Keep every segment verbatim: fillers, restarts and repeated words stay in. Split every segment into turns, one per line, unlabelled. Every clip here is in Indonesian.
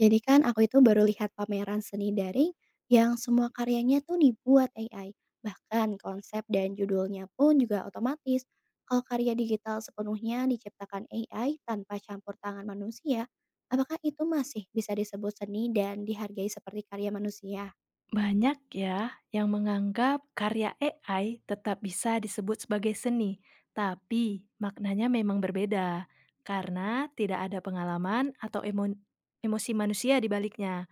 Jadi kan aku itu baru lihat pameran seni daring yang semua karyanya tuh dibuat A I. Bahkan konsep dan judulnya pun juga otomatis. Kalau karya digital sepenuhnya diciptakan A I tanpa campur tangan manusia, apakah itu masih bisa disebut seni dan dihargai seperti karya manusia?
Banyak ya yang menganggap karya A I tetap bisa disebut sebagai seni, tapi maknanya memang berbeda karena tidak ada pengalaman atau emo- emosi manusia di baliknya.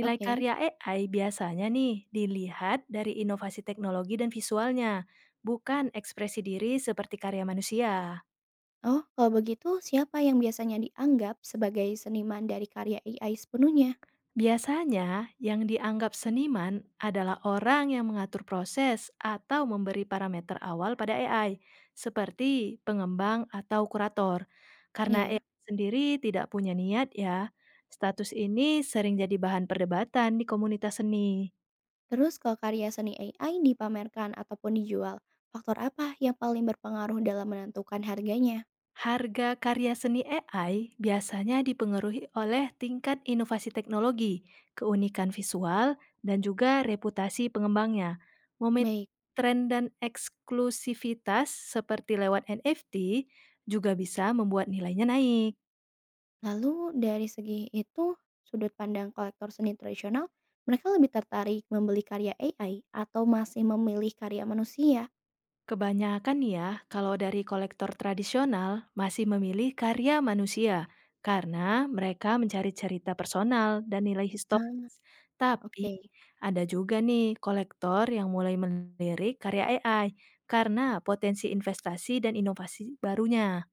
Nilai
Oke.
karya A I biasanya nih dilihat dari inovasi teknologi dan visualnya, bukan ekspresi diri seperti karya manusia.
Oh, kalau begitu siapa yang biasanya dianggap sebagai seniman dari karya A I sepenuhnya?
Biasanya, yang dianggap seniman adalah orang yang mengatur proses atau memberi parameter awal pada A I, seperti pengembang atau kurator. Karena A I
Iya.
sendiri tidak punya niat ya, status ini sering jadi bahan perdebatan di komunitas seni.
Terus kalau karya seni A I dipamerkan ataupun dijual, faktor apa yang paling berpengaruh dalam menentukan harganya?
Harga karya seni A I biasanya dipengaruhi oleh tingkat inovasi teknologi, keunikan visual, dan juga reputasi pengembangnya. Momen
Baik,
tren dan eksklusivitas seperti lewat N F T juga bisa membuat nilainya naik.
lalu dari segi itu, sudut pandang kolektor seni tradisional, mereka lebih tertarik membeli karya A I atau masih memilih karya manusia?
Kebanyakan nih ya, kalau dari kolektor tradisional masih memilih karya manusia karena mereka mencari cerita personal dan nilai historis.
Ah,
Tapi
oke.
ada juga nih kolektor yang mulai melirik karya A I karena potensi investasi dan inovasi barunya.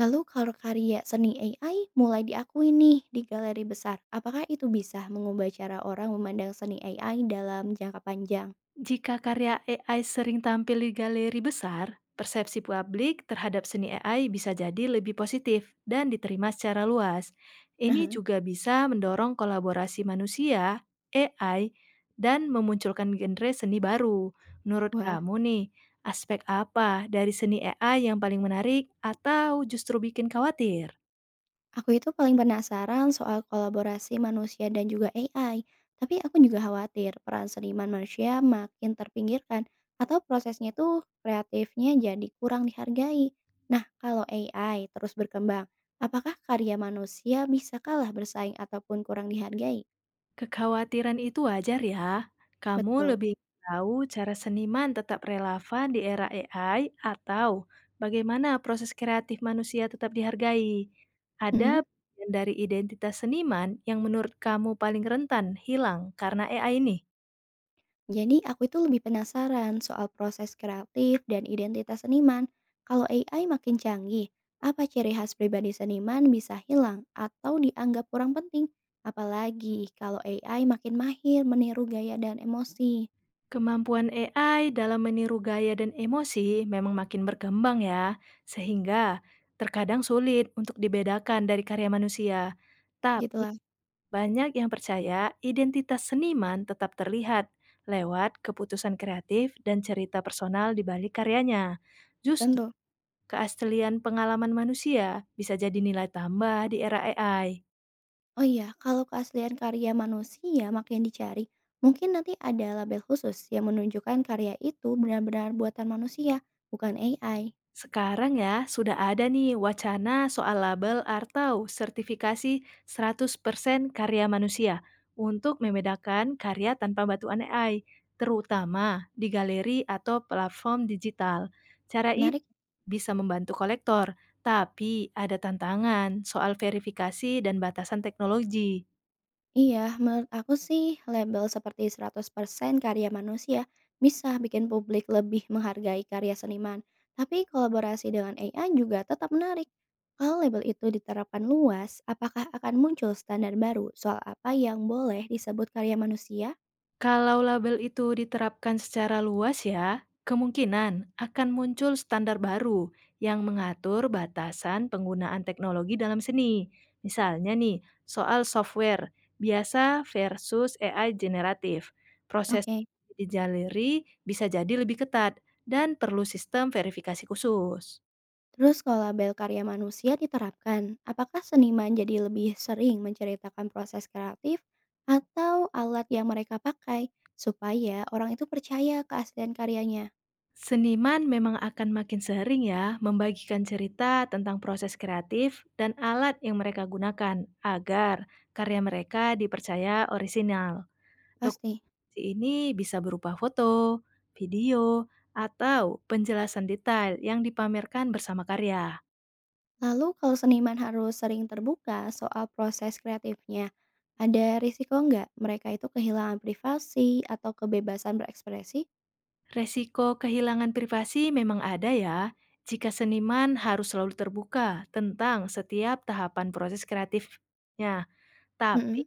Lalu kalau karya seni A I mulai diakui nih di galeri besar, apakah itu bisa mengubah cara orang memandang seni A I dalam jangka panjang?
Jika karya A I sering tampil di galeri besar, persepsi publik terhadap seni A I bisa jadi lebih positif dan diterima secara luas. Ini
Aha.
juga bisa mendorong kolaborasi manusia, A I, dan memunculkan genre seni baru. Menurut
Wah,
kamu nih, aspek apa dari seni A I yang paling menarik atau justru bikin khawatir?
aku itu paling penasaran soal kolaborasi manusia dan juga A I, tapi aku juga khawatir peran seniman manusia makin terpinggirkan atau prosesnya itu kreatifnya jadi kurang dihargai. Nah, kalau A I terus berkembang, apakah karya manusia bisa kalah bersaing ataupun kurang dihargai?
Kekhawatiran itu wajar ya. Kamu
Betul.
lebih tahu cara seniman tetap relevan di era A I atau bagaimana proses kreatif manusia tetap dihargai. Ada
Mm-hmm.
bagian dari identitas seniman yang menurut kamu paling rentan hilang karena A I ini.
Jadi aku itu lebih penasaran soal proses kreatif dan identitas seniman. Kalau A I makin canggih, apa ciri khas pribadi seniman bisa hilang atau dianggap kurang penting? Apalagi kalau A I makin mahir meniru gaya dan emosi.
Kemampuan A I dalam meniru gaya dan emosi memang makin berkembang ya, sehingga terkadang sulit untuk dibedakan dari karya manusia. Tapi
Gitulah,
banyak yang percaya identitas seniman tetap terlihat lewat keputusan kreatif dan cerita personal di balik karyanya. Justru
tentu.
keaslian pengalaman manusia bisa jadi nilai tambah di era A I.
Oh iya, kalau keaslian karya manusia makin dicari, mungkin nanti ada label khusus yang menunjukkan karya itu benar-benar buatan manusia, bukan A I.
Sekarang ya, sudah ada nih wacana soal label atau sertifikasi seratus persen karya manusia untuk membedakan karya tanpa bantuan A I, terutama di galeri atau platform digital. Cara ini
Menarik.
bisa membantu kolektor, tapi ada tantangan soal verifikasi dan batasan teknologi.
Iya, menurut aku sih label seperti seratus persen karya manusia bisa bikin publik lebih menghargai karya seniman. Tapi kolaborasi dengan A I juga tetap menarik. Kalau label itu diterapkan luas, apakah akan muncul standar baru soal apa yang boleh disebut karya manusia?
Kalau label itu diterapkan secara luas ya, kemungkinan akan muncul standar baru yang mengatur batasan penggunaan teknologi dalam seni. Misalnya nih, soal software biasa versus A I generatif. Proses
Oke.
di galeri bisa jadi lebih ketat dan perlu sistem verifikasi khusus.
Terus kalau label karya manusia diterapkan, apakah seniman jadi lebih sering menceritakan proses kreatif atau alat yang mereka pakai supaya orang itu percaya keaslian karyanya?
Seniman memang akan makin sering ya membagikan cerita tentang proses kreatif dan alat yang mereka gunakan agar karya mereka dipercaya orisinal.
Pasti.
Dokumentasi ini bisa berupa foto, video, atau penjelasan detail yang dipamerkan bersama karya.
Lalu kalau seniman harus sering terbuka soal proses kreatifnya, ada risiko nggak mereka itu kehilangan privasi atau kebebasan berekspresi?
Resiko kehilangan privasi memang ada ya jika seniman harus selalu terbuka tentang setiap tahapan proses kreatifnya. Tapi
Mhm.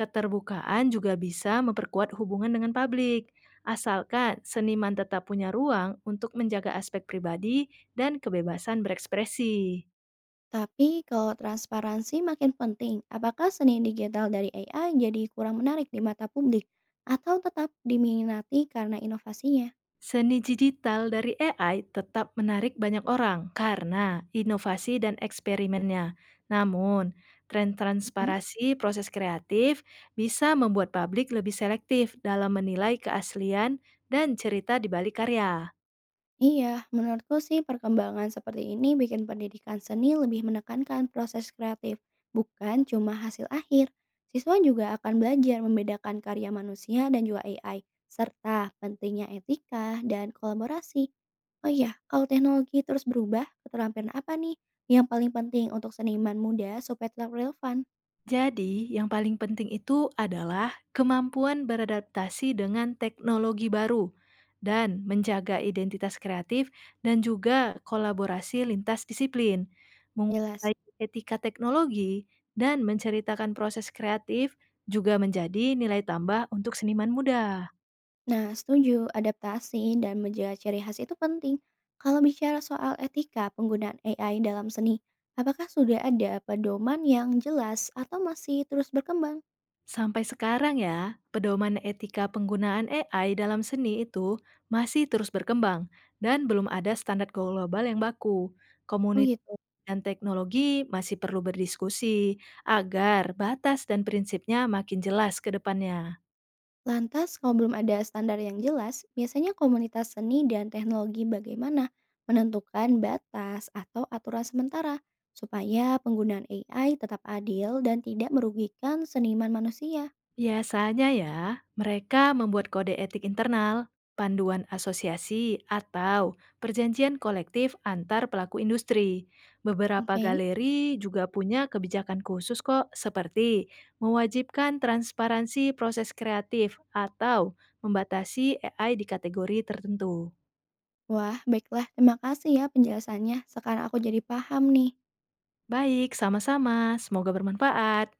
keterbukaan juga bisa memperkuat hubungan dengan publik, asalkan seniman tetap punya ruang untuk menjaga aspek pribadi dan kebebasan berekspresi.
Tapi kalau transparansi makin penting, apakah seni digital dari A I jadi kurang menarik di mata publik atau tetap diminati karena inovasinya?
Seni digital dari A I tetap menarik banyak orang karena inovasi dan eksperimennya. Namun, tren transparansi proses kreatif bisa membuat publik lebih selektif dalam menilai keaslian dan cerita di balik karya.
Iya, menurutku sih perkembangan seperti ini bikin pendidikan seni lebih menekankan proses kreatif, bukan cuma hasil akhir. Siswa juga akan belajar membedakan karya manusia dan juga A I, serta pentingnya etika dan kolaborasi. Oh iya, kalau teknologi terus berubah, keterampilan apa nih yang paling penting untuk seniman muda supaya tetap relevan?
Jadi, yang paling penting itu adalah kemampuan beradaptasi dengan teknologi baru dan menjaga identitas kreatif dan juga kolaborasi lintas disiplin,
Jelas.
menguasai etika teknologi dan menceritakan proses kreatif juga menjadi nilai tambah untuk seniman muda.
Nah, setuju, adaptasi dan menjaga ciri khas itu penting. Kalau bicara soal etika penggunaan A I dalam seni, apakah sudah ada pedoman yang jelas atau masih terus berkembang?
Sampai sekarang ya, pedoman etika penggunaan A I dalam seni itu masih terus berkembang dan belum ada standar global yang baku.
Oh
Komunitas
gitu.
dan teknologi masih perlu berdiskusi agar batas dan prinsipnya makin jelas ke depannya.
Lantas, kalau belum ada standar yang jelas, biasanya komunitas seni dan teknologi bagaimana menentukan batas atau aturan sementara supaya penggunaan A I tetap adil dan tidak merugikan seniman manusia.
Biasanya ya, mereka membuat kode etik internal, panduan asosiasi, atau perjanjian kolektif antar pelaku industri. Beberapa
Oke.
galeri juga punya kebijakan khusus kok, seperti mewajibkan transparansi proses kreatif atau membatasi A I di kategori tertentu.
Wah, baiklah. Terima kasih ya penjelasannya. Sekarang aku jadi paham nih.
Baik, sama-sama. Semoga bermanfaat.